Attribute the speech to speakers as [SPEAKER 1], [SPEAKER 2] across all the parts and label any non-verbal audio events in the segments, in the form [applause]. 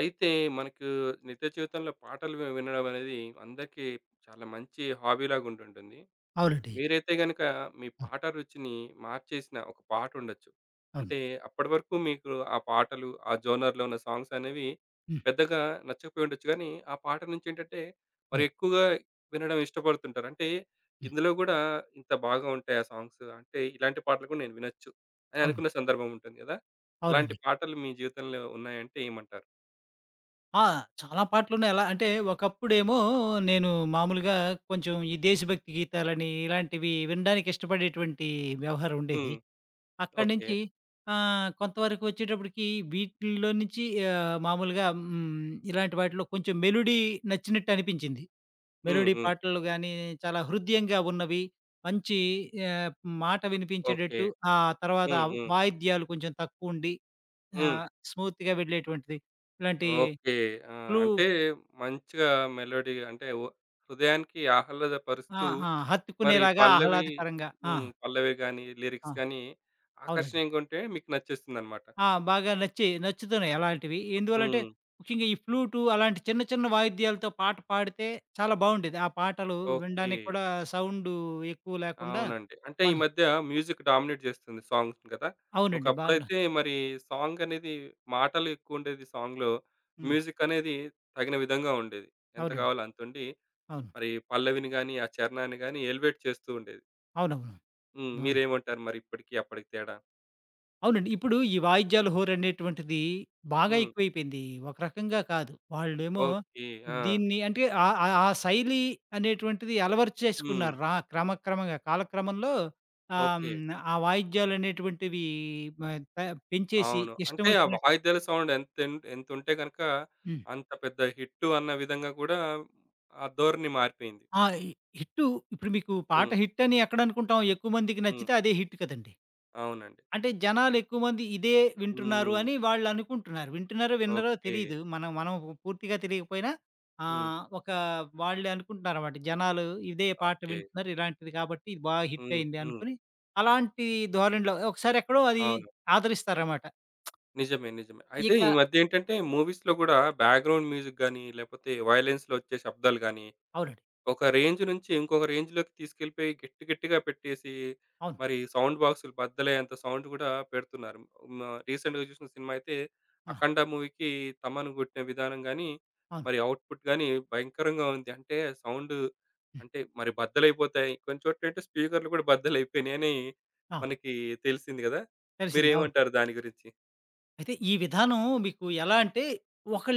[SPEAKER 1] అయితే మనకు నిత్య జీవితంలో పాటలు వినడం అనేది అందరికీ చాలా మంచి హాబీలాగా ఉంటుంటుంది.
[SPEAKER 2] అవునండి.
[SPEAKER 1] మీరైతే గనుక మీ
[SPEAKER 2] అవును.
[SPEAKER 1] పాట రుచిని మార్చేసిన ఒక పాట ఉండొచ్చు.
[SPEAKER 2] అవును.
[SPEAKER 1] అంటే అప్పటివరకు మీకు ఆ పాటలు, ఆ జోనర్‌లో ఉన్న సాంగ్స్ అనేవి
[SPEAKER 2] హ్మ్.
[SPEAKER 1] పెద్దగా నచ్చకపోయి ఉండొచ్చు గానీ, ఆ పాట నుంచి ఏంటంటే మరి
[SPEAKER 2] హ్మ్.
[SPEAKER 1] ఎక్కువగా వినడం ఇష్టపడుతుంటారు. అంటే
[SPEAKER 2] హ్మ్.
[SPEAKER 1] ఇందులో గూడా ఇంత బాగా ఉంటాయి ఆ సాంగ్స్. అంటే ఇలాంటి పాటలు కూడా నేను వినొచ్చు అని
[SPEAKER 2] అవును.
[SPEAKER 1] అనుకున్న సందర్భం ఉంటుంది గదా! అలాంటి
[SPEAKER 2] అవునండి.
[SPEAKER 1] పాటలు మీ జీవితంలో ఉన్నాయంటే ఏమంటారు?
[SPEAKER 2] ఆ! చాలా పాటలున్నాయి. ఎలా అంటే ఒకప్పుడేమో నేను మామూలుగా కొంచెం ఈ దేశభక్తి గీతాలని ఇలాంటివి వినడానికి ఇష్టపడేటువంటి వ్యవహారం ఉండేది.
[SPEAKER 1] హ్మ్.
[SPEAKER 2] అక్కడి
[SPEAKER 1] ఓకే.
[SPEAKER 2] నుంచి కొంతవరకు వచ్చేటప్పటికి వీటిల్లో నుంచి మామూలుగా ఇలాంటి వాటిలో కొంచెం మెలోడీ నచ్చినట్టు అనిపించింది.
[SPEAKER 1] హ్మ్.
[SPEAKER 2] మెలోడీ
[SPEAKER 1] హ్మ్.
[SPEAKER 2] పాటలు గాని చాలా హృద్యంగా ఉన్నవి. మంచి ఆహ్, మాట
[SPEAKER 1] ఓకే.
[SPEAKER 2] వినిపించేటట్టు ఆ తర్వాత
[SPEAKER 1] హ్మ్. హ్మ్.
[SPEAKER 2] వాయిద్యాలు కొంచెం తక్కువుండి ఆ!
[SPEAKER 1] హ్మ్.
[SPEAKER 2] స్మూత్‌గా వెళ్ళేటువంటిది. ఇలాంటి
[SPEAKER 1] ఓకే. ఆ!
[SPEAKER 2] క్లూ
[SPEAKER 1] అంటే మంచిగా మెలోడీ అంటే ఓ హృదయానికి
[SPEAKER 2] ఆ!
[SPEAKER 1] ఆహ్లాదపరుస్తూ
[SPEAKER 2] ఆ!
[SPEAKER 1] మరి
[SPEAKER 2] హత్తుకునేలాగా
[SPEAKER 1] పల్లవి.
[SPEAKER 2] ఆహ్లాదకరంగా ఆ!
[SPEAKER 1] హ్మ్. పల్లవి గాని,
[SPEAKER 2] ఆ!
[SPEAKER 1] లిరిక్స్ గాని
[SPEAKER 2] అవునండి.
[SPEAKER 1] ఆకర్షణీయంగా ఉంటే మీకు నచ్చేస్తుందన్నమాట.
[SPEAKER 2] బాగా నచ్చుతున్నాయి అలాంటివి. ఎందువల్లంటే
[SPEAKER 1] హ్మ్.
[SPEAKER 2] ముఖ్యంగా ఈ ఫ్లూటు అలాంటి చిన్న చిన్న వాయిద్యాలతో పాట పాడితే చాలా బావుండేది. ఆ పాటలు
[SPEAKER 1] ఓకే.
[SPEAKER 2] వినడానికి కూడా సౌండు ఎక్కువ లేకుండా
[SPEAKER 1] అవునండి. అంటే ఈ
[SPEAKER 2] మన
[SPEAKER 1] మధ్య మ్యూజిక్ డామినేట్ చేస్తుంది సాంగ్స్‌ని కదా!
[SPEAKER 2] అవునండి.
[SPEAKER 1] ఒకప్పుడైతే మరి సాంగ్ అనేది మాటలు ఎక్కువ ఉండేది సాంగ్‌లో.
[SPEAKER 2] హ్మ్.
[SPEAKER 1] మ్యూజిక్ అనేది తగిన విధంగా ఉండేది. ఎంత
[SPEAKER 2] అవునండి.
[SPEAKER 1] కావాలో అంతుండి
[SPEAKER 2] అవును.
[SPEAKER 1] మరి పల్లవిని గాని, ఆ చరణాన్ని గాని ఎలివేట్ చేస్తూ ఉండేది.
[SPEAKER 2] అవునవును.
[SPEAKER 1] హ్మ్.
[SPEAKER 2] ఆ!
[SPEAKER 1] మీరేమంటారు మరి ఇప్పటికి, అప్పటికి తేడా?
[SPEAKER 2] అవునండి. ఇప్పుడు ఈ వాయిద్యాల హోరనేటువంటిది బాగా
[SPEAKER 1] హ్మ్.
[SPEAKER 2] ఎక్కువైపోయింది. ఒక రకంగా కాదు. వాళ్ళేమో
[SPEAKER 1] ఓకే. ఆ!
[SPEAKER 2] దీన్ని అంటే ఆహ్, ఆహ్, ఆ శైలి అనేటువంటిది అలవరుచు
[SPEAKER 1] హ్మ్.
[SPEAKER 2] చేసుకున్నారు. క్రమక్రమంగా కాలక్రమంలో ఆహ్,
[SPEAKER 1] ఓకే.
[SPEAKER 2] హ్మ్. ఆ వాయిద్యాలనేటువంటివి మ ప పెంచేసి
[SPEAKER 1] అవును.
[SPEAKER 2] ఇష్టం
[SPEAKER 1] అంటే ఆ
[SPEAKER 2] వచ్చినట్టు
[SPEAKER 1] వాయిద్యాల సౌండ్ ఎంతుంటే గనక
[SPEAKER 2] హ్మ్.
[SPEAKER 1] అంత పెద్ద హిట్టు అన్న విధంగా కూడా ఆ ధోరణి మారిపోయింది.
[SPEAKER 2] ఆ! హిట్టు ఇప్పుడు మీకు పాట
[SPEAKER 1] హ్మ్.
[SPEAKER 2] హిట్టని ఎక్కడనుకుంటాం? ఎక్కువ మందికి
[SPEAKER 1] హ్మ్.
[SPEAKER 2] నచ్చితే అదే హిట్ కదండీ!
[SPEAKER 1] అవునండి.
[SPEAKER 2] అంటే జనాలెక్కువ మంది ఇదే వింటున్నారు
[SPEAKER 1] హ్మ్.
[SPEAKER 2] అని వాళ్ళనుకుంటున్నారు. వింటున్నారో, వినరో
[SPEAKER 1] ఓకే.
[SPEAKER 2] తెలీదు. మనం మనం పూర్తిగా తెలియకపోయినా
[SPEAKER 1] హ్మ్.
[SPEAKER 2] ఆహ్, ఒక వాళ్ళే అనుకుంటున్నారన్నమాట. జనాలు ఇదే పాట
[SPEAKER 1] ఓకే.
[SPEAKER 2] వింటున్నారు. ఇలాంటిది కాబట్టి ఇది బాగా హిట్
[SPEAKER 1] హ్మ్.
[SPEAKER 2] అయింది
[SPEAKER 1] హ్మ్.
[SPEAKER 2] అనుకుని, అలాంటి ధోరణిలో ఒకసారి ఎక్కడో అది
[SPEAKER 1] అవును.
[SPEAKER 2] ఆదరిస్తారన్నమాట.
[SPEAKER 1] నిజమే. నిజమే. అయితే
[SPEAKER 2] ఇక
[SPEAKER 1] ఈ మధ్యేంటంటే మూవీస్‌లో గూడా బ్యాక్‌గ్రౌండ్ మ్యూజిక్ గాని, లేపోతే వయలెన్స్‌లో వచ్చే శబ్దాలు గాని
[SPEAKER 2] అవునండి.
[SPEAKER 1] ఒక రేంజ్ నుంచి ఇంకొక రేంజ్‌లోకి తీసుకెళ్ళిపోయి గట్టి గట్టిగా పెట్టేసి,
[SPEAKER 2] అవును.
[SPEAKER 1] మరి సౌండ్ బాక్సులు బద్దలయ్యేంత సౌండ్ గూడా పెడుతున్నారు. మ రీసెంట్‌గా చూసిన సినిమా అయితే
[SPEAKER 2] ఆ!
[SPEAKER 1] 'అఖండ' మూవీకి 'తమన్' గొట్టిన విధానం గాని,
[SPEAKER 2] అవును.
[SPEAKER 1] మరి అవుట్‌పుట్ గాని భయంకరంగా ఉంది. అంటే సౌండు
[SPEAKER 2] హ్మ్.
[SPEAKER 1] అంటే మరి బద్దలైపోతాయి. కొన్ని చోట్లేంటే స్పీకర్‌లు కూడా బద్దలైపోయినాయని
[SPEAKER 2] ఆ!
[SPEAKER 1] మనకి తెలిసింది గదా!
[SPEAKER 2] తెలిసింది. అవును.
[SPEAKER 1] మీరేమంటారు దాని గురించి?
[SPEAKER 2] అయితే ఈ విధానం మీకు ఎలా అంటే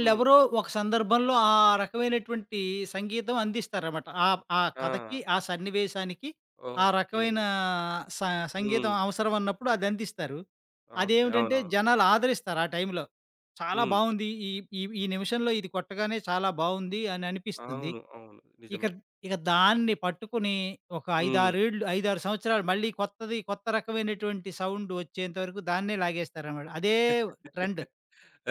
[SPEAKER 1] హ్మ్.
[SPEAKER 2] ఒక సందర్భంలో ఆ రకమైనటువంటి సంగీతం అందిస్తారన్నమాట. ఆ ఆ
[SPEAKER 1] ఆ!
[SPEAKER 2] కథకి, ఆ సన్నివేశానికి ఆ
[SPEAKER 1] ఓకే.
[SPEAKER 2] రకమైన స
[SPEAKER 1] హ్మ్.
[SPEAKER 2] సంగీతం అవసరం అన్నప్పుడు అది అందిస్తారు.
[SPEAKER 1] ఓకే.
[SPEAKER 2] అదేమిటంటే
[SPEAKER 1] అవునవును.
[SPEAKER 2] జనాలు ఆదరిస్తారు ఆ టైంలో. చాలా
[SPEAKER 1] హ్మ్.
[SPEAKER 2] బావుంది. ఈ ఈ ఈ నిమిషంలో ఇది కొట్టగానే చాలా బావుంది అని అనిపిస్తుంది.
[SPEAKER 1] అవును. అవును.
[SPEAKER 2] ఇక
[SPEAKER 1] నిజమే.
[SPEAKER 2] ఇక దాన్ని పట్టుకుని ఒక 5,
[SPEAKER 1] హ్మ్.
[SPEAKER 2] 6 ఏళ్ళు 5, 6 సంవత్సరాలు మళ్ళీ కొత్తది కొత్త రకమైనటువంటి సౌండ్ వచ్చేంత వరకు దాన్నే లాగేస్తారనమాట. అదే ట్రెండ్.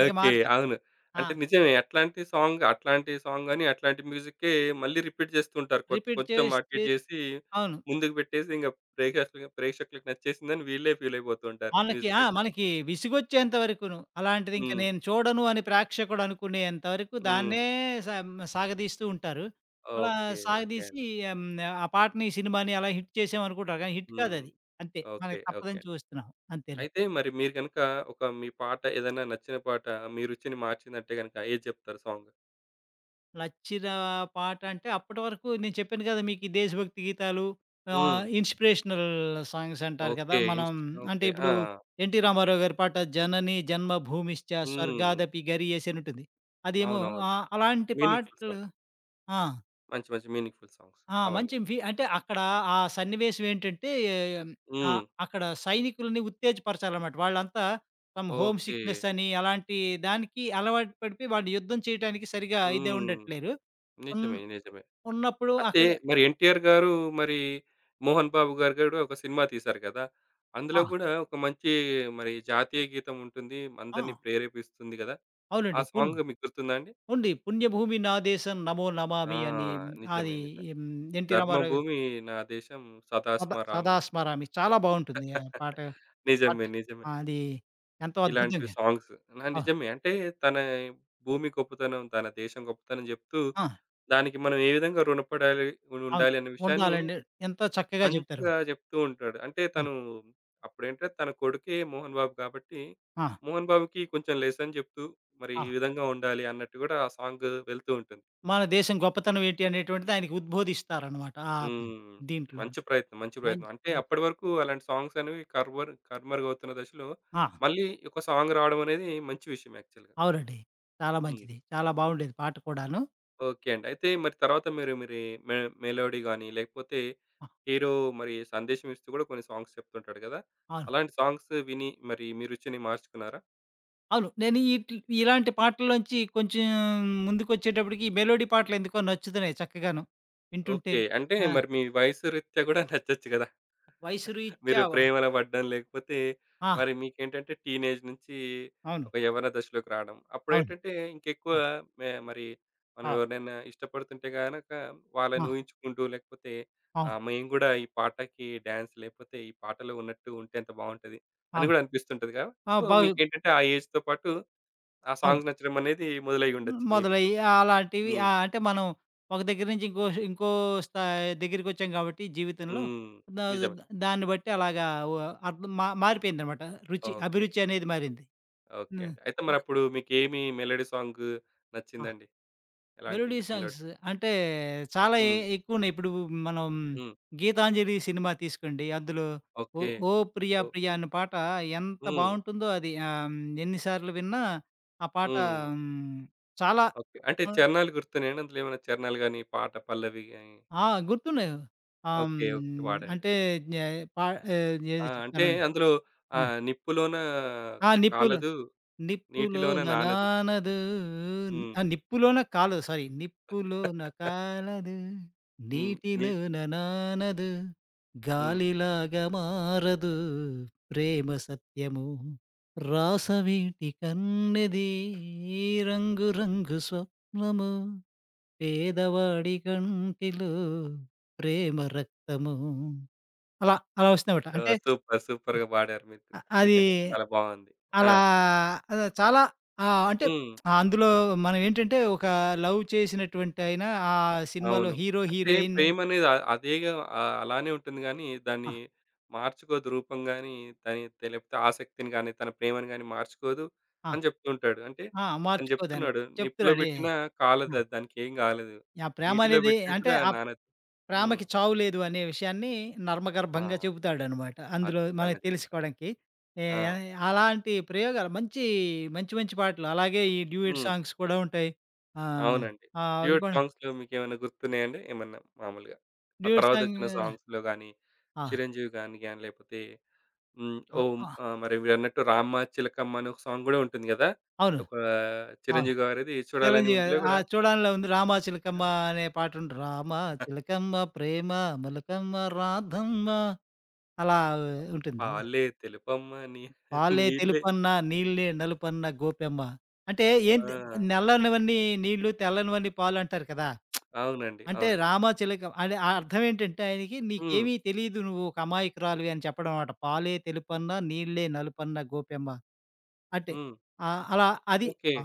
[SPEAKER 2] ఇంక
[SPEAKER 1] ఓకే.
[SPEAKER 2] మార్చరు.
[SPEAKER 1] అవును.
[SPEAKER 2] ఆ!
[SPEAKER 1] అంటే నిజమే. అట్లాంటి సాంగ్, అట్లాంటి సాంగ్ అని అట్లాంటి మ్యూజిక్కే మళ్ళీ రిపీట్ చేస్తుంటారు.
[SPEAKER 2] రిపీట్
[SPEAKER 1] కొంచెం
[SPEAKER 2] చేసి
[SPEAKER 1] అటు ఇటు
[SPEAKER 2] చేసి
[SPEAKER 1] చేసి
[SPEAKER 2] అవును.
[SPEAKER 1] ముందుకు పెట్టేసి ఇంక ప్రేక్షకులకి ప్రేక్షకులకి నచ్చేసిందని వీళ్ళే ఫీల్ అయిపోతూ ఉంటారు
[SPEAKER 2] మనకి
[SPEAKER 1] మ్యూజిక్ అయితే.
[SPEAKER 2] మనకి విసుగొచ్చేంత వరకును. అలాంటిది ఇంక
[SPEAKER 1] హ్మ్.
[SPEAKER 2] నేను చూడను అని ప్రేక్షకుడు అనుకునేంత వరకు
[SPEAKER 1] హ్మ్.
[SPEAKER 2] దాన్నే సం సాగదీస్తూ ఉంటారు. అలా
[SPEAKER 1] ఓకే. ఓకే
[SPEAKER 2] సాగదీసి
[SPEAKER 1] అండి.
[SPEAKER 2] హ్మ్, ఆ పాటని, సినిమాని అలా హిట్ చేసామనుకుంటారు. కానీ హిట్
[SPEAKER 1] హ్మ్.
[SPEAKER 2] కాదది. అంతే.
[SPEAKER 1] ఓకే.
[SPEAKER 2] మనకి
[SPEAKER 1] ఓకే
[SPEAKER 2] తప్పదని
[SPEAKER 1] అండి.
[SPEAKER 2] చూస్తున్నాం. అంతేలే.
[SPEAKER 1] అయితే మరి మీరు గనుక ఒక మీ పాట ఏదైనా నచ్చిన పాట మీ రుచిని మార్చిందంటే గనుక ఏది చెప్తారు సాంగ్?
[SPEAKER 2] నచ్చిన పాట అంటే అప్పటి వరకు నేను చెప్పాను కదా మీకు ఈ దేశభక్తి గీతాలు
[SPEAKER 1] హ్మ్.
[SPEAKER 2] ఇన్స్‌పిరేషనల్ సాంగ్స్ అంటారు కదా!
[SPEAKER 1] ఓకే.
[SPEAKER 2] మనం అంటే
[SPEAKER 1] ఓకే. ఆ!
[SPEAKER 2] ఇప్పుడు 'ఎన్టీ రామారావు' గారి పాట 'జనని జన్మభూమిశ్చ
[SPEAKER 1] హ్మ్.
[SPEAKER 2] స్వర్గాదపి గరీయసి' అని ఉంటుంది. అదేమో
[SPEAKER 1] అవునవును.
[SPEAKER 2] అలాంటి
[SPEAKER 1] మీనింగ్‌ఫుల్
[SPEAKER 2] పాటలు
[SPEAKER 1] సాంగ్.
[SPEAKER 2] ఆ!
[SPEAKER 1] మంచి, మంచి మీనింగ్‌ఫుల్ సాంగ్స్
[SPEAKER 2] ఆ!
[SPEAKER 1] అవన్నీ.
[SPEAKER 2] మంచి అంటే అక్కడ ఆ సన్నివేశం ఏంటంటే
[SPEAKER 1] హ్మ్.
[SPEAKER 2] అక్కడ సైనికులని ఉత్తేజపరచాలన్నమాట. వాళ్ళంతా సమ్ హోమ్
[SPEAKER 1] ఓకే.
[SPEAKER 2] సిక్‌నెస్ అని అలాంటి దానికి అలవాటు పడిపోయి వాళ్ళు యుద్ధం చేయటానికి సరిగ్గా ఇదే
[SPEAKER 1] హ్మ్.
[SPEAKER 2] ఉండట్లేరు. హ్మ్.
[SPEAKER 1] నిజమే. నిజమే.
[SPEAKER 2] ఉన్నప్పుడు
[SPEAKER 1] అయితే
[SPEAKER 2] అక్కడ
[SPEAKER 1] మరి 'ఎన్టీఆర్' గారు మరి 'మోహన్ బాబు' గారు గూడా ఒక సినిమా తీశారు కదా! అందులో
[SPEAKER 2] ఆ!
[SPEAKER 1] గూడా ఒక మంచి మరి జాతీయ గీతం ఉంటుంది.
[SPEAKER 2] ఆ!
[SPEAKER 1] అందరిని ప్రేరేపిస్తుంది గదా! ఆ
[SPEAKER 2] అవునండి.
[SPEAKER 1] సాంగ్ మీకు గుర్తుందా అండి?
[SPEAKER 2] ఉంది. 'పుణ్యభూమి నా దేశం నమో
[SPEAKER 1] ఆ!
[SPEAKER 2] నమామి' అని అది
[SPEAKER 1] నిజమే. నిజమే.
[SPEAKER 2] హ్మ్, 'ఎన్టీ రామారావు' గారు
[SPEAKER 1] 'ధర్మభూమి నా దేశం సదా
[SPEAKER 2] సదా సదా
[SPEAKER 1] స్మరామి.'
[SPEAKER 2] స్మరామి చాలా బావుంటుంది. ఆ పాట పాట
[SPEAKER 1] నిజమే. నిజమే.
[SPEAKER 2] అది ఎంతో
[SPEAKER 1] ఇలాంటివి
[SPEAKER 2] అద్భుతంగా
[SPEAKER 1] సాంగ్స్.
[SPEAKER 2] ఆ!
[SPEAKER 1] నిజమే. అంటే తన భూమి గొప్పతనం, తన దేశం గొప్పతనం జెప్తూ,
[SPEAKER 2] ఆ!
[SPEAKER 1] దానికి మనం ఏ విధంగా రుణపడాలి,
[SPEAKER 2] అవును.
[SPEAKER 1] ఉండాలి అనే విషయాన్ని
[SPEAKER 2] ఉండాలండి. ఎంతో చక్కగా చెప్తారు.
[SPEAKER 1] మంచిగా జెప్తూ ఉంటాడు. అంటే
[SPEAKER 2] అవును.
[SPEAKER 1] తను అప్పుడేంటంటే తన కొడుకే మోహన్ బాబు కాబట్టి,
[SPEAKER 2] ఆ!
[SPEAKER 1] మోహన్ బాబుకి కొంచెం లెసన్ జెప్తూ, మరి
[SPEAKER 2] ఆ!
[SPEAKER 1] ఈ విధంగా ఉండాలి అన్నట్టు గూడా ఆ సాంగ్ వెళ్తూ ఉంటుంది.
[SPEAKER 2] మన దేశం గొప్పతనం ఏంటి అనేటువంటిది ఆయనకి ఉద్బోధిస్తారనమాట.
[SPEAKER 1] హ్మ్.
[SPEAKER 2] దీంట్లోను.
[SPEAKER 1] మంచి ప్రయత్నం. మంచి ప్రయత్నం.
[SPEAKER 2] మంచి
[SPEAKER 1] అంటే
[SPEAKER 2] మంచి
[SPEAKER 1] అప్పటి వరకు అలాంటి సాంగ్స్ అనేవి కనుమరుగవుతున్న దశలో,
[SPEAKER 2] ఆ!
[SPEAKER 1] మళ్ళీ ఒక సాంగ్ రావడం అనేది మంచి విషయం యాక్చువల్‌గా.
[SPEAKER 2] అవునండి. చాలా
[SPEAKER 1] హ్మ్.
[SPEAKER 2] మంచిది. చాలా బావుండేది పాట కూడాను.
[SPEAKER 1] ఓకే అండి. అయితే మరి తర్వాత మీరు మరి మె మెలోడీ గాని, లేకపోతే
[SPEAKER 2] ఆ!
[SPEAKER 1] హీరో మరి సందేశం ఇస్తూ కూడా కొన్ని సాంగ్స్ చెప్తుంటాడు కదా!
[SPEAKER 2] అవును.
[SPEAKER 1] అలాంటి సాంగ్స్ విని మరి మీ రుచిని మార్చుకున్నారా?
[SPEAKER 2] అవును. నేను ఇలాంటి పాటల్లోంచి కొంచెం ముందుకొచ్చేటప్పటికి ఈ మెలోడీ పాటలెందుకో నచ్చుతున్నాయి చక్కగాను. వింటుంటే
[SPEAKER 1] ఓకే. అంటే
[SPEAKER 2] ఆ!
[SPEAKER 1] మరి మీ వయసు రీత్యా కూడా [laughs] నచ్చొచ్చు కదా!
[SPEAKER 2] 'వయసు
[SPEAKER 1] మీరు
[SPEAKER 2] రీత్యావ'
[SPEAKER 1] ప్రేమలో పడ్డం, లేకపోతే
[SPEAKER 2] ఆ!
[SPEAKER 1] మరి మీకేంటంటే టీనేజ్ నుంచి
[SPEAKER 2] అవును.
[SPEAKER 1] ఒక యవ్వన దశలోకి రావడం.
[SPEAKER 2] అవును.
[SPEAKER 1] అప్పుడేంటంటే ఇంకెక్కువ
[SPEAKER 2] ఆ!
[SPEAKER 1] మరి మనం
[SPEAKER 2] ఆ!
[SPEAKER 1] ఎవరినైనా ఇష్టపడుతుంటే గనక వాళ్ళని
[SPEAKER 2] ఆ!
[SPEAKER 1] ఊహించుకుంటూ లేకపోతే
[SPEAKER 2] అవును.
[SPEAKER 1] ఆహ్, మేము గూడా ఈ పాటకి డాన్స్ లేకపోతే ఈ పాటలో ఉన్నట్టు ఉంటే ఎంత బావుంటది అని
[SPEAKER 2] అవును.
[SPEAKER 1] గూడా అనిపిస్తుంటదిగా. సో,
[SPEAKER 2] బాగు
[SPEAKER 1] మీకేంటంటే ఆ ఏజ్‌తో పాటు ఆ
[SPEAKER 2] అవును.
[SPEAKER 1] సాంగ్స్ నచ్చడం అనేది మొదలయ్యి ఉండొచ్చు మేబీ.
[SPEAKER 2] మొదలయ్యి అలాంటివి
[SPEAKER 1] హ్మ్.
[SPEAKER 2] అంటే మనం ఒక దగ్గర నుంచి ఇంకో ఇంకో స్థాయి దగ్గరికొచ్చాం కాబట్టి జీవితంలో
[SPEAKER 1] హ్మ్.
[SPEAKER 2] దా
[SPEAKER 1] నిజమే.
[SPEAKER 2] దాన్ని బట్టి అలాగా వ అర్థం మారిపోయిందనమాట. రుచి,
[SPEAKER 1] ఓకే.
[SPEAKER 2] అభిరుచి అనేది మారింది.
[SPEAKER 1] ఓకే
[SPEAKER 2] హ్మ్.
[SPEAKER 1] అండి. అయితే
[SPEAKER 2] ఆ!
[SPEAKER 1] మరప్పుడు మీకేమి మెలోడీ సాంగ్
[SPEAKER 2] ఆ!
[SPEAKER 1] నచ్చిందండి? ఎలాంటి
[SPEAKER 2] మెలోడీ
[SPEAKER 1] మెలోడీ
[SPEAKER 2] సాంగ్స్
[SPEAKER 1] సాంగ్?
[SPEAKER 2] అంటే చాలా
[SPEAKER 1] హ్మ్.
[SPEAKER 2] ఎక్కువున్నాయి. ఇప్పుడు మనం
[SPEAKER 1] హ్మ్.
[SPEAKER 2] 'గీతాంజలి' సినిమా తీసుకోండి. అందులో 'ఓ
[SPEAKER 1] ఓకే.
[SPEAKER 2] ఓ ప్రియా
[SPEAKER 1] ఓహ్!
[SPEAKER 2] ప్రియా' అనే పాట ఎంత
[SPEAKER 1] హ్మ్.
[SPEAKER 2] బావుంటుందో అది ఎన్ని సార్లు విన్నా ఆ పాట
[SPEAKER 1] హ్మ్.
[SPEAKER 2] హ్మ్, చాలా
[SPEAKER 1] ఓకే. అంటే
[SPEAKER 2] ఆహ్,
[SPEAKER 1] చరణాలు గుర్తున్నాయండి? అందులో ఏమైనా చరణాలు గాని, పాట పల్లవి గాని?
[SPEAKER 2] ఆ! గుర్తున్నాయి.
[SPEAKER 1] ఓకే. ఒకటి పాడండి.
[SPEAKER 2] అంటే న్యా పా
[SPEAKER 1] ఆ!
[SPEAKER 2] ఏదో
[SPEAKER 1] అంటే
[SPEAKER 2] చెప్తాను.
[SPEAKER 1] అందులో
[SPEAKER 2] ఆ!
[SPEAKER 1] ఆహ్, నిప్పులోన
[SPEAKER 2] ఆ! 'నిప్పుల'
[SPEAKER 1] కాలదు, నీటిలోన
[SPEAKER 2] నిప్పులోన
[SPEAKER 1] నానదు.
[SPEAKER 2] నానదు
[SPEAKER 1] హ్మ్.
[SPEAKER 2] నిప్పులోన కాలదు సారీ. నిప్పులోన
[SPEAKER 1] [laughs]
[SPEAKER 2] కాలదు,
[SPEAKER 1] హ్మ్. నీ
[SPEAKER 2] నీటిలోన నానదు,
[SPEAKER 1] హ్మ్.
[SPEAKER 2] గాలిలాగా మారదు ప్రేమ సత్యము. రాసవీటి కన్నెది రంగు రంగు స్వప్నము. పేదవాడి కంటిలో ప్రేమ రక్తము. అలా అలా వస్తుందమాట.
[SPEAKER 1] ఆ!
[SPEAKER 2] అంటే
[SPEAKER 1] సూపర్. సూపర్‌గా పాడారు మీరు.
[SPEAKER 2] అది
[SPEAKER 1] నిజంగా చాలా బావుంది. ఆ!
[SPEAKER 2] అలా అలా చాలా ఆ! అంటే
[SPEAKER 1] హ్మ్.
[SPEAKER 2] అందులో మనం ఏంటంటే ఒక లవ్ చేసినటువంటయినా ఆ సినిమాలో
[SPEAKER 1] అవును.
[SPEAKER 2] హీరో,
[SPEAKER 1] అంటే
[SPEAKER 2] హీరోయిన్
[SPEAKER 1] ప్రేమనేది అదేగా ఆహ్, అలానే ఉంటుంది గానీ,
[SPEAKER 2] ఆ!
[SPEAKER 1] దాన్ని మార్చుకోదు రూపం గాని, దాని లేకపోతే ఆసక్తిని గాని, తన ప్రేమను గాని మార్చుకోదు
[SPEAKER 2] ఆ!
[SPEAKER 1] అని జెప్తుంటాడు. అంటే
[SPEAKER 2] ఆ!
[SPEAKER 1] తను
[SPEAKER 2] మార్చుకోదని
[SPEAKER 1] జెప్తున్నాడు, నిప్పులో
[SPEAKER 2] చెప్తున్నాడు. ఏ
[SPEAKER 1] బెట్టినా
[SPEAKER 2] ఆ!
[SPEAKER 1] కాలదది దానికేం గాలేదు.
[SPEAKER 2] ఆ ప్రేమ
[SPEAKER 1] నీటిలో
[SPEAKER 2] అనేది
[SPEAKER 1] బెట్టినా
[SPEAKER 2] అంటే
[SPEAKER 1] కూడా నానదు. హ్మ్.
[SPEAKER 2] ప్రేమకి చావు లేదు అనే విషయాన్ని నర్మగర్భంగా
[SPEAKER 1] ఆ!
[SPEAKER 2] చెబుతాడనమాట. అందులో
[SPEAKER 1] అద్భుతంగా
[SPEAKER 2] మనకు
[SPEAKER 1] జెప్పారు.
[SPEAKER 2] తెలుసుకోవడానికి. ఏ
[SPEAKER 1] ఆ!
[SPEAKER 2] అలాంటి ప్రయోగాలు మంచి, మంచి పాటలు అలాగే ఈ డ్యూయెట్
[SPEAKER 1] హ్మ్.
[SPEAKER 2] సాంగ్స్ కూడా ఉంటాయి. ఆ!
[SPEAKER 1] అవునండి.
[SPEAKER 2] ఆ! అవి
[SPEAKER 1] డ్యూయెట్
[SPEAKER 2] కూడా
[SPEAKER 1] సాంగ్స్‌లో మీకేమైనా గుర్తున్నాయండి? ఏమన్నా మామూలుగా? ఆ
[SPEAKER 2] డ్యూయెట్ సాంగ్
[SPEAKER 1] తర్వాతొచ్చిన సాంగ్స్‌లో గాని,
[SPEAKER 2] ఆ!
[SPEAKER 1] చిరంజీవి గాని గాని లేపోతే హ్మ్.
[SPEAKER 2] ఆ!
[SPEAKER 1] ఓం
[SPEAKER 2] ఆ!
[SPEAKER 1] ఆహ్, మరి మీరన్నట్టు 'రామ్మ చిలకమ్మ' అనే ఒక సాంగ్ గూడా ఉంటుంది గదా!
[SPEAKER 2] అవును.
[SPEAKER 1] ఒక
[SPEAKER 2] అవును.
[SPEAKER 1] చిరంజీవి గారిది 'చూడాలని
[SPEAKER 2] చిరంజీవి గారు.
[SPEAKER 1] ఉందిలో'
[SPEAKER 2] ఆ!
[SPEAKER 1] గూడా
[SPEAKER 2] 'చూడానిలో' ఉంది 'రామా చిలకమ్మ' అనే పాటుంటది. రామా చిలకమ్మ ప్రేమ మలకమ్మ రాధమ్మ అలా ఉంటుంది.
[SPEAKER 1] పాలే తెలుపమ్మ నీ [laughs]
[SPEAKER 2] పాలే
[SPEAKER 1] నీళ్ళే.
[SPEAKER 2] తెలుపన్న నీళ్ళే నలుపన్న గోపెమ్మ. అంటే
[SPEAKER 1] ఆ!
[SPEAKER 2] ఏంటి నల్లనివన్నీ నీళ్ళు, తెల్లనివన్నీ పాలు అంటారు కదా!
[SPEAKER 1] అవునండి.
[SPEAKER 2] అంటే
[SPEAKER 1] అవును.
[SPEAKER 2] రామా చిలక అని ఆ అర్థం ఏంటంటే ఆయనకి
[SPEAKER 1] హ్మ్.
[SPEAKER 2] నీకేమీ తెలీదు నువ్వు ఒక అమాయకురాలివి అని చెప్పడం మాట. పాలే తెలుపన్న నీళ్ళే నలుపన్న గోపెమ్మ. అంటే
[SPEAKER 1] హ్మ్.
[SPEAKER 2] అలా అది
[SPEAKER 1] ఓకే.
[SPEAKER 2] ఆ!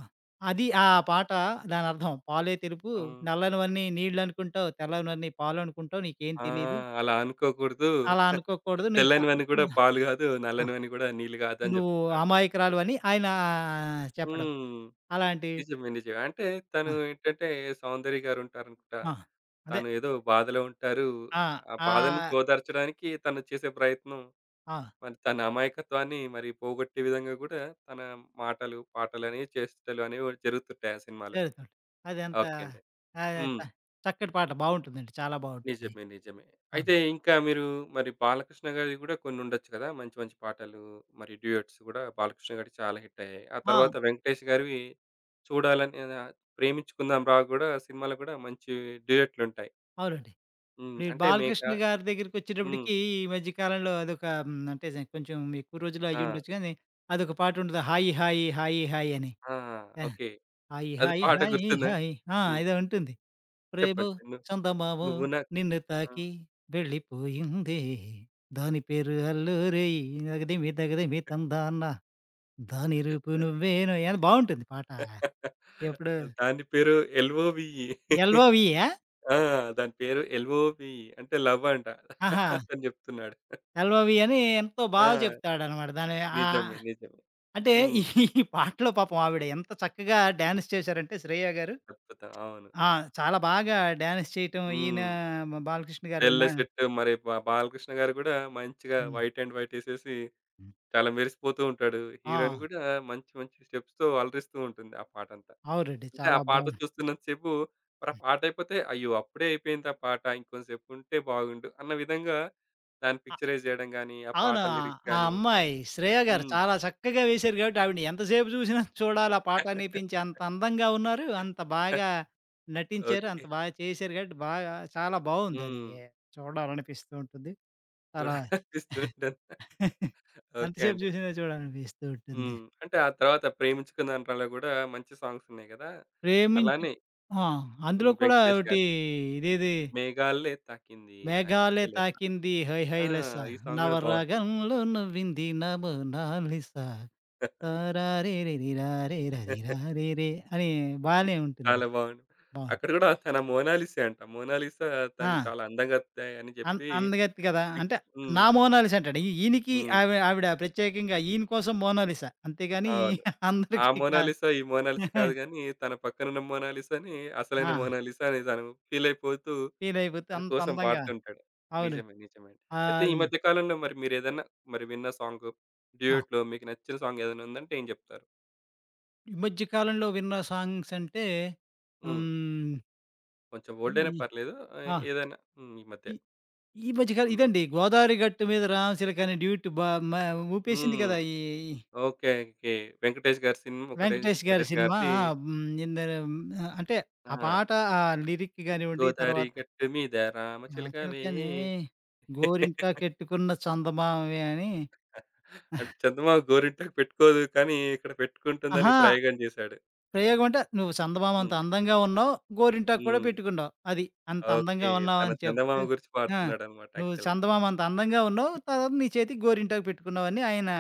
[SPEAKER 2] ఆ పాట దానర్థం. "పాలే తెలుపు
[SPEAKER 1] అవును.
[SPEAKER 2] నల్లనివన్నీ నీళ్ళనుకుంటావు, తెల్లనివన్నీ పాలనుకుంటావు నీకేం
[SPEAKER 1] ఆ!
[SPEAKER 2] తెలీదు.
[SPEAKER 1] అలా అనుకోకూడదు.
[SPEAKER 2] అలా
[SPEAKER 1] [laughs]
[SPEAKER 2] అనుకోకూడదు నీకు
[SPEAKER 1] తెల్లనివన్నీ గూడా
[SPEAKER 2] ఆహ్,
[SPEAKER 1] పాలు గాదు.
[SPEAKER 2] ఆ!
[SPEAKER 1] నల్లనివన్నీ గూడా నీళ్ళు గాదు అని
[SPEAKER 2] నువ్వు
[SPEAKER 1] జెప్తున్నాడు.
[SPEAKER 2] అమాయకురాలువని" ఆయన చెప్పడం.
[SPEAKER 1] హ్మ్.
[SPEAKER 2] అలాంటి
[SPEAKER 1] నిజమే. నిజమే. అంటే తను
[SPEAKER 2] ఆ!
[SPEAKER 1] ఏంటంటే 'సౌందర్య' గారుంటారనుకుంటా.
[SPEAKER 2] ఆ! అదే.
[SPEAKER 1] తను ఏదో బాధలో ఉంటారు.
[SPEAKER 2] ఆ!
[SPEAKER 1] ఆ బాధ నుంచి
[SPEAKER 2] ఆహ్,
[SPEAKER 1] ఓదార్చడానికి తను చేసే ప్రయత్నం
[SPEAKER 2] ఆ!
[SPEAKER 1] మరి తన అమాయకత్వాన్ని మరి పోగొట్టే విధంగా గూడా తన మాటలు, పాటలని, చేష్టలు అనేవి జరుగుతుంటాయి ఆ సినిమాలో.
[SPEAKER 2] జరుగుతుంది. అదెంత
[SPEAKER 1] ఓకే అండి.
[SPEAKER 2] ఆహ్, చ
[SPEAKER 1] హ్మ్.
[SPEAKER 2] చక్కటి పాట బావుంటుందండి. చాలా బావుంటుంది.
[SPEAKER 1] నిజమే. నిజమే. అయితే
[SPEAKER 2] అవును.
[SPEAKER 1] ఇంకా మీరు మరి బాలకృష్ణ గారివి గూడా కొన్ని ఉండొచ్చు కదా! మంచి మంచి పాటలు మరి డ్యూయెట్స్ గూడా బాలకృష్ణ గారివి చాలా హిట్ అయ్యాయి. ఆ
[SPEAKER 2] ఆ!
[SPEAKER 1] తర్వాత వెంకటేష్ గారివి 'చూడాలని' ఆహ్, 'ప్రేమించుకుందాం రా' గూడా సినిమాలో గూడా మంచి డ్యూయెట్లుంటాయి.
[SPEAKER 2] అవునండి.
[SPEAKER 1] హ్మ్.
[SPEAKER 2] మీరు
[SPEAKER 1] అంటే 'మేఘ'
[SPEAKER 2] బాలకృష్ణ గారి
[SPEAKER 1] హ్మ్.
[SPEAKER 2] దగ్గరికొచ్చేటప్పటికి ఈ మధ్య కాలంలో అదొక అంటే కొంచెం ఎక్కువ రోజులు
[SPEAKER 1] ఆ!
[SPEAKER 2] అయ్యుండొచ్చు గానీ, అదొక పాట ఉంటది. 'హాయి హాయి హాయి హాయి' అని.
[SPEAKER 1] ఆ!
[SPEAKER 2] ఆ!
[SPEAKER 1] ఓకే.
[SPEAKER 2] 'హాయి
[SPEAKER 1] అది
[SPEAKER 2] హాయి
[SPEAKER 1] పాట
[SPEAKER 2] హాయి
[SPEAKER 1] గుర్తుందండి.
[SPEAKER 2] హాయి'
[SPEAKER 1] హ్మ్.
[SPEAKER 2] ఏదో ఉంటుంది. ప్రేమో
[SPEAKER 1] చెప్పండి.
[SPEAKER 2] చందమామో
[SPEAKER 1] నువ్వు నా.
[SPEAKER 2] నిన్ను
[SPEAKER 1] ఆ!
[SPEAKER 2] తాకి వెళ్ళిపోయిందే, దాని పేరు అల్లూరేయ్ దగదిమి దగదిమి తందాన దాని రూపు నువ్వేనోయ్ అని బావుంటుంది పాట. ఎప్పుడు
[SPEAKER 1] దాని పేరు ఎల్ఓవిఈ.
[SPEAKER 2] 'ఎల్ఓవి' ఆ?
[SPEAKER 1] ఆ! దాని పేరు ఎల్ఓవిఈ అంటే లవ్ అంట.
[SPEAKER 2] ఆహా!
[SPEAKER 1] అతను చెప్తున్నాడు.
[SPEAKER 2] 'ఎల్ఓవి' అని ఎంతో బాగా
[SPEAKER 1] ఆ!
[SPEAKER 2] చెప్తాడనమాట. దాని ఆ
[SPEAKER 1] నిజమే. నిజమే.
[SPEAKER 2] అంటే ఈ
[SPEAKER 1] హ్మ్.
[SPEAKER 2] [laughs] ఈ పాటలో పాపం ఆవిడ ఎంత చక్కగా డాన్స్ చేశారంటే శ్రేయ గారు.
[SPEAKER 1] అద్భుతం. అవును.
[SPEAKER 2] ఆ! చాలా బాగా డాన్స్ చేయటం ఈయన
[SPEAKER 1] హ్మ్.
[SPEAKER 2] మ బాలకృష్ణ గారు
[SPEAKER 1] తెల్ల షర్ట్ మరి బాలకృష్ణ గారు కూడా మంచిగా
[SPEAKER 2] హ్మ్.
[SPEAKER 1] వైట్ అండ్ వైట్ ఎసేసి చాలా మెరిసిపోతూ ఉంటాడు. హీరోయిన్
[SPEAKER 2] ఆ!
[SPEAKER 1] కూడా మంచి మంచి స్టెప్స్‌తో అలరిస్తూ ఉంటుంది ఆ పాటంతా.
[SPEAKER 2] అవునండి.
[SPEAKER 1] అంటే ఆ
[SPEAKER 2] చాలా
[SPEAKER 1] పాట
[SPEAKER 2] బావుంది.
[SPEAKER 1] చూస్తున్నంత సేపు మరి ఆ పాట అయిపోతే అయ్యో! అప్పుడే అయిపోయింది ఆ పాట. ఇంకొంసేపు ఉంటే బాగుండు అన్న విధంగా దాన్ని
[SPEAKER 2] అ
[SPEAKER 1] పిక్చరైజ్ చేయడం గాని, ఆ
[SPEAKER 2] అవును.
[SPEAKER 1] పాట
[SPEAKER 2] ఆ
[SPEAKER 1] లిరిక్స్
[SPEAKER 2] ఆ
[SPEAKER 1] గాని.
[SPEAKER 2] అమ్మాయి శ్రేయ గారు
[SPEAKER 1] హ్మ్.
[SPEAKER 2] చాలా చక్కగా వేశారు కాబట్టి ఆవిడని ఎంతసేపు చూసినా చూడాలి ఆ పాట అనిపించి అంత అందంగా ఉన్నారు. అంత బాగా నటించారు.
[SPEAKER 1] ఓకే.
[SPEAKER 2] అంత బాగా చేశారు కాబట్టి చాలా బావుందది.
[SPEAKER 1] హ్మ్.
[SPEAKER 2] చూడాలనిపిస్తూ ఉంటుంది. చాలా
[SPEAKER 1] చూడాలనిపిస్తుంటుంది.
[SPEAKER 2] [laughs]
[SPEAKER 1] ఓకే
[SPEAKER 2] ఎంతసేపు
[SPEAKER 1] అండి.
[SPEAKER 2] చూసినా చూడాలనిపిస్తూ ఉంటుంది.
[SPEAKER 1] హ్మ్. అంటే ఆ తర్వాత 'ప్రేమించుకుందాండ్రా'లో గూడా మంచి సాంగ్స్ ఉన్నాయి గదా!
[SPEAKER 2] ప్రేమించు
[SPEAKER 1] అలానే
[SPEAKER 2] ఆ! అందులో
[SPEAKER 1] హ్మ్.
[SPEAKER 2] కూడా
[SPEAKER 1] 'వెంకటేష్'
[SPEAKER 2] ఒకటి
[SPEAKER 1] గారి
[SPEAKER 2] ఇదేది
[SPEAKER 1] 'మేఘాల్లే తాకింది హై
[SPEAKER 2] మేఘాలే
[SPEAKER 1] హైలే'.
[SPEAKER 2] తాకింది హై హై
[SPEAKER 1] ఆ!
[SPEAKER 2] లెస్స
[SPEAKER 1] ఈ సాంగ్ గూడా బావుంటుంది.
[SPEAKER 2] నవరాగంలో నువ్వింది నా మోనాలిస
[SPEAKER 1] [laughs]
[SPEAKER 2] తారారిరిరిరారిరరిరారిరే అని బానే ఉంటుంది.
[SPEAKER 1] చాలా బావుంది.
[SPEAKER 2] బావుంటుంది.
[SPEAKER 1] అక్కడ గూడా తన 'మోనాలిసే' అంట. 'మోనాలిసా'
[SPEAKER 2] ఆ!
[SPEAKER 1] తను చాలా అందంగా అని
[SPEAKER 2] అం
[SPEAKER 1] చెప్పి
[SPEAKER 2] అందగత్తె కదా!
[SPEAKER 1] పిక్
[SPEAKER 2] అంటే
[SPEAKER 1] హ్మ్.
[SPEAKER 2] నా మోనాలిస అంటాడు. ఈ ఈయనకి
[SPEAKER 1] హ్మ్.
[SPEAKER 2] ఆవి ఆవిడ ప్రత్యేకంగా ఈయన కోసం మోనాలిస. అంతేగాని
[SPEAKER 1] అవును. ఆ
[SPEAKER 2] అందరికీ కాదు.
[SPEAKER 1] 'మోనాలిసా' ఈ 'మోనాలిసా' కాదు
[SPEAKER 2] [laughs]
[SPEAKER 1] గానీ, తన పక్కనున్న 'మోనాలిసా'ని అసలైన
[SPEAKER 2] ఆ!
[SPEAKER 1] 'మోనాలిసా' అని తను ఫీలయిపోతూ
[SPEAKER 2] ఫీలయిపోతూ
[SPEAKER 1] తన
[SPEAKER 2] అంత
[SPEAKER 1] కోసం
[SPEAKER 2] అందంగా
[SPEAKER 1] పాడుతుంటాడు.
[SPEAKER 2] అవును.
[SPEAKER 1] నిజమే. నిజమే. అయితే ఈ
[SPEAKER 2] ఆహ్,
[SPEAKER 1] మధ్య కాలంలో మరి మీరేదన్నా మరి విన్న సాంగు,
[SPEAKER 2] ఆ!
[SPEAKER 1] డ్యూయెట్‌లో మీకు నచ్చిన సాంగ్ ఏదైనా ఉందంటే ఏం జెప్తారు?
[SPEAKER 2] ఈ మధ్య కాలంలో విన్న సాంగ్స్ అంటే
[SPEAKER 1] హ్మ్.
[SPEAKER 2] హ్మ్.
[SPEAKER 1] కొంచెం ఓల్డ్ అయినా
[SPEAKER 2] ఈ
[SPEAKER 1] పర్లేదు. ఆహ్,
[SPEAKER 2] ఆ!
[SPEAKER 1] ఏదైనా హ్మ్. ఈ
[SPEAKER 2] ఈ
[SPEAKER 1] మధ్య.
[SPEAKER 2] ఈ మధ్య కాలం
[SPEAKER 1] హ్మ్.
[SPEAKER 2] ఇదండి 'గోదావరి గట్టు మీద రామచిలక' అనే డ్యూట్ బా మ ఊపేసింది
[SPEAKER 1] హ్మ్.
[SPEAKER 2] కదా!
[SPEAKER 1] ఓకే. ఓకే. 'వెంకటేష్' గారి సినిమా ఒకటి
[SPEAKER 2] వెంకటేష్ గారి
[SPEAKER 1] 'వెంకటేష్'
[SPEAKER 2] సినిమా
[SPEAKER 1] గారిది
[SPEAKER 2] ఆ! హ్మ్. ఇందరు ఉమ్, అంటే
[SPEAKER 1] ఆ!
[SPEAKER 2] ఆ పాట ఆ లిరిక్ గానివ్వండి
[SPEAKER 1] 'గోదారి
[SPEAKER 2] తర్వాత
[SPEAKER 1] గట్టు మీద రామచిలకవే'.
[SPEAKER 2] రామచిలకనే గోరింటాకెట్టుకున్న చందమామమే అని
[SPEAKER 1] అంటే చందమామ గోరింటాకు పెట్టుకోదు కానీ ఇక్కడ పెట్టుకుంటుందని
[SPEAKER 2] అహా!
[SPEAKER 1] ప్రయోగం చేశాడు.
[SPEAKER 2] ప్రయోగం అంటే నువ్వు చందమామ అంత
[SPEAKER 1] హ్మ్.
[SPEAKER 2] అందంగా ఉన్నావు. గోరింటాకు కూడా
[SPEAKER 1] హ్మ్.
[SPEAKER 2] పెట్టుకున్నావు. అది. అంత
[SPEAKER 1] ఓకే.
[SPEAKER 2] అందంగా
[SPEAKER 1] తన
[SPEAKER 2] ఉన్నావని
[SPEAKER 1] చందమామ
[SPEAKER 2] చెప్తూ
[SPEAKER 1] గురించి
[SPEAKER 2] ఆ!
[SPEAKER 1] పాడుతున్నాడన్నమాట
[SPEAKER 2] నువ్వు
[SPEAKER 1] యాక్చువల్‌గా.
[SPEAKER 2] చందమామ అంత అందంగా ఉన్నావు. తర్వాత నీ చేతికి గోరింటాకు పెట్టుకున్నావని ఆయన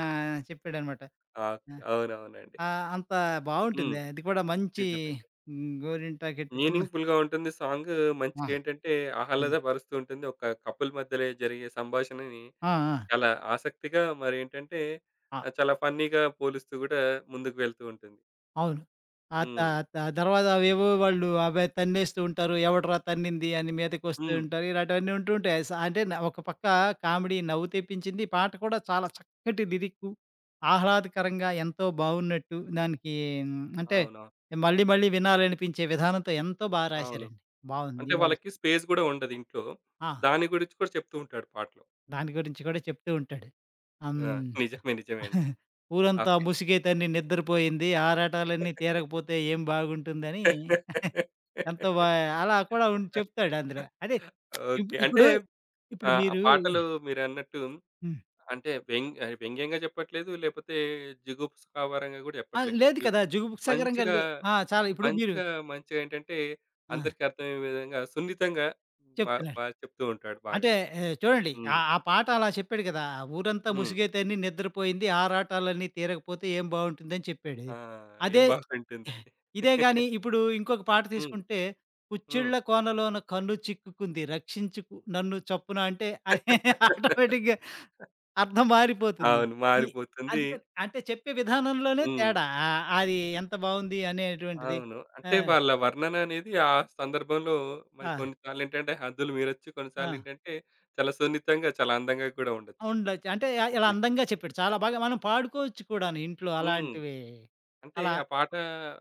[SPEAKER 2] చెప్పాడనమాట.
[SPEAKER 1] ఆ!
[SPEAKER 2] ఆ!
[SPEAKER 1] అవునవునండి.
[SPEAKER 2] అంత బావుంటుంది.
[SPEAKER 1] హ్మ్.
[SPEAKER 2] అది కూడా మంచి
[SPEAKER 1] నిజమే.
[SPEAKER 2] గోరింటాకెట్టుకున్న
[SPEAKER 1] మీనింగ్‌ఫుల్‌గా ఉంటుంది సాంగు.
[SPEAKER 2] ఆ!
[SPEAKER 1] మంచిగేంటంటే
[SPEAKER 2] హ్మ్.
[SPEAKER 1] ఆహ్లాదపరుస్తూ ఉంటుంది. ఒక కపుల్ మధ్యలో జరిగే సంభాషణని
[SPEAKER 2] ఆ! ఉమ్, ఆ!
[SPEAKER 1] చాలా ఆసక్తిగా మరేంటంటే
[SPEAKER 2] ఆ!
[SPEAKER 1] ఆహ్, చాలా ఫన్నీగా పోలుస్తూ గూడా ముందుకు వెళ్తూ ఉంటుంది.
[SPEAKER 2] అవును. ఆ త
[SPEAKER 1] హ్మ్.
[SPEAKER 2] త తర్వాత అవేవో వాళ్ళు అవే తన్నేస్తూ ఉంటారు. ఎవడ్రా తన్నింది అని మీదకొస్తూ
[SPEAKER 1] హ్మ్.
[SPEAKER 2] ఉంటారు. ఇలాంటివన్నీ ఉంటూ ఉంటాయి. స అంటే న ఒక పక్క కామెడీ నవ్వు తెప్పించింది. పాట కూడా చాలా చక్కటి లిరిక్కు. ఆహ్లాదకరంగా ఎంతో బావున్నట్టు దానికి అంటే
[SPEAKER 1] అవును.
[SPEAKER 2] మళ్ళీ మళ్ళీ వినాలనిపించే విధానంతో ఎంతో
[SPEAKER 1] అవును.
[SPEAKER 2] రాశారండి. బావుంది.
[SPEAKER 1] అంటే
[SPEAKER 2] ఈ మధ్య
[SPEAKER 1] వాళ్ళకి స్పేస్ గూడా ఉండదు ఇంట్లో.
[SPEAKER 2] ఆ!
[SPEAKER 1] దాని గురించి కూడా చెప్తూ ఉంటాడు పాటలో.
[SPEAKER 2] దాని గురించి కూడా చెప్తూ ఉంటాడు. ఆహ్,
[SPEAKER 1] ఆ!
[SPEAKER 2] హ్మ్.
[SPEAKER 1] నిజమే. నిజమే అండి.
[SPEAKER 2] ఊరంతా
[SPEAKER 1] ఓకే.
[SPEAKER 2] ముసిగే తన్ని నిద్రపోయింది. ఆరాటాలన్నీ తీరకపోతే ఏం బాగుంటుందని [laughs] ఎంతో అలా కూడా ఉండి చెప్తాడు అందులో. అదే ఇప్
[SPEAKER 1] ఓకే. అంటే
[SPEAKER 2] ఇప్పుడు, ఇప్పుడు
[SPEAKER 1] ఆహ్, ఆ
[SPEAKER 2] మీరు
[SPEAKER 1] పాటలు మీరన్నట్టు
[SPEAKER 2] హ్మ్.
[SPEAKER 1] అంటే వ్యంగ్యంగా చెప్పట్లేదు. లేపోతే, జుగుప్సావరంగా గూడా
[SPEAKER 2] ఆ!
[SPEAKER 1] చెప్పట్లే.
[SPEAKER 2] లేదు
[SPEAKER 1] జు
[SPEAKER 2] కదా! జుగుప్సాగరంగా
[SPEAKER 1] మంచిగా.
[SPEAKER 2] లే చాలా ఇప్పుడు మీరు
[SPEAKER 1] మంచిగా. మంచిగా ఏంటంటే
[SPEAKER 2] ఆ!
[SPEAKER 1] అందరికి అర్థమయ్యే విధంగా సున్నితంగా మా
[SPEAKER 2] చెప్తున్నా.
[SPEAKER 1] మా చెప్తూ ఉంటాడు బాగా.
[SPEAKER 2] అంటే చూడండి.
[SPEAKER 1] హ్మ్.
[SPEAKER 2] ఆ ఆ పాట అలా చెప్పాడు కదా! ఊరంతా
[SPEAKER 1] హ్మ్.
[SPEAKER 2] ముసుగేతని నిద్రపోయింది, ఆరాటాలన్నీ తీరకపోతే ఏం బావుంటుందని చెప్పాడు.
[SPEAKER 1] ఆ! ఏం
[SPEAKER 2] అదే
[SPEAKER 1] బాగుంటుందని.
[SPEAKER 2] ఇదే గాని ఇప్పుడు ఇంకొక పాట
[SPEAKER 1] హ్మ్.
[SPEAKER 2] తీసుకుంటే,
[SPEAKER 1] హ్మ్.
[SPEAKER 2] కుచ్చిళ్ళ కోనలోన కన్ను చిక్కుకుంది రక్షించుకు నన్ను చప్పున అంటే అదే [laughs]
[SPEAKER 1] [laughs] [laughs]
[SPEAKER 2] ఆటోమేటిక్‌గా అర్థం మారిపోతుంది.
[SPEAKER 1] అవును.
[SPEAKER 2] ఈ
[SPEAKER 1] మారిపోతుంది.
[SPEAKER 2] అందుకని అంటే చెప్పే విధానంలోనే
[SPEAKER 1] హ్మ్.
[SPEAKER 2] తేడా. అది ఎంత బావుంది అనేటువంటిది.
[SPEAKER 1] అవును.
[SPEAKER 2] ఆ!
[SPEAKER 1] అంటే వాళ్ళ వర్ణన అనేది ఆ సందర్భంలో మరి
[SPEAKER 2] ఆ!
[SPEAKER 1] కొన్నిసార్లు ఏంటంటే హద్దులు మీరొచ్చు.
[SPEAKER 2] ఆ!
[SPEAKER 1] కొన్నిసార్లు ఏంటంటే చాలా సున్నితంగా, చాలా అందంగా కూడా ఉండొచ్చు.
[SPEAKER 2] ఉండొచ్చు. అంటే ఇలా
[SPEAKER 1] నిజమే.
[SPEAKER 2] అందంగా చెప్పాడు. చాలా బాగా మనం పాడుకోవచ్చు కూడాను ఇంట్లో
[SPEAKER 1] హ్మ్.
[SPEAKER 2] అలాంటివి.
[SPEAKER 1] అంటే
[SPEAKER 2] అలా
[SPEAKER 1] ఆ పాట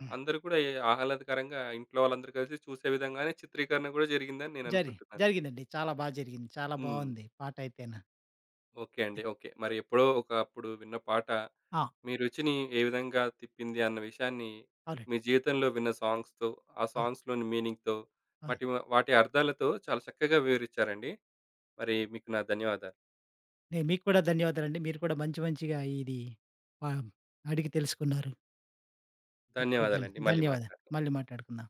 [SPEAKER 2] హ్మ్.
[SPEAKER 1] అందరూ కూడా ఏ ఆహ్లాదకరంగా ఇంట్లో వాళ్ళందరూ కలిసి చూసే విధంగానే చిత్రీకరణ కూడా జరిగిందని నేను
[SPEAKER 2] జరి
[SPEAKER 1] అనుకుంటున్నాను.
[SPEAKER 2] జరిగిందండి. చాలా జరిగింది. చాలా
[SPEAKER 1] హ్మ్.
[SPEAKER 2] బావుంది పాటయితేనా.
[SPEAKER 1] ఓకే అండి. ఓకే. మరి ఎప్పుడో ఒకప్పుడు విన్న పాట
[SPEAKER 2] ఆ!
[SPEAKER 1] మీ రుచిని ఏ విధంగా తిప్పింది అన్న విషయాన్ని
[SPEAKER 2] అవునండి.
[SPEAKER 1] మీ జీవితంలో విన్న సాంగ్స్‌తో, ఆ
[SPEAKER 2] ఆ!
[SPEAKER 1] సాంగ్స్‌లోని మీనింగ్‌తో,
[SPEAKER 2] అవును.
[SPEAKER 1] వాటి వాటి అర్థాలతో చాలా చక్కగా వివరించారండి. మరి మీకు నా ధన్యవాదాలు.
[SPEAKER 2] నేను మీకు కూడా ధన్యవాదాలండి. మీరు కూడా మంచి మంచిగా ఇది ప అడిగి తెలుసుకున్నారు. మీకు కూడా
[SPEAKER 1] ధన్యవాదాలండి. మళ్ళీ
[SPEAKER 2] ధన్యవాదాలు.
[SPEAKER 1] మాట్లాడదాం.
[SPEAKER 2] మళ్ళీ మాట్లాడుకుందాం.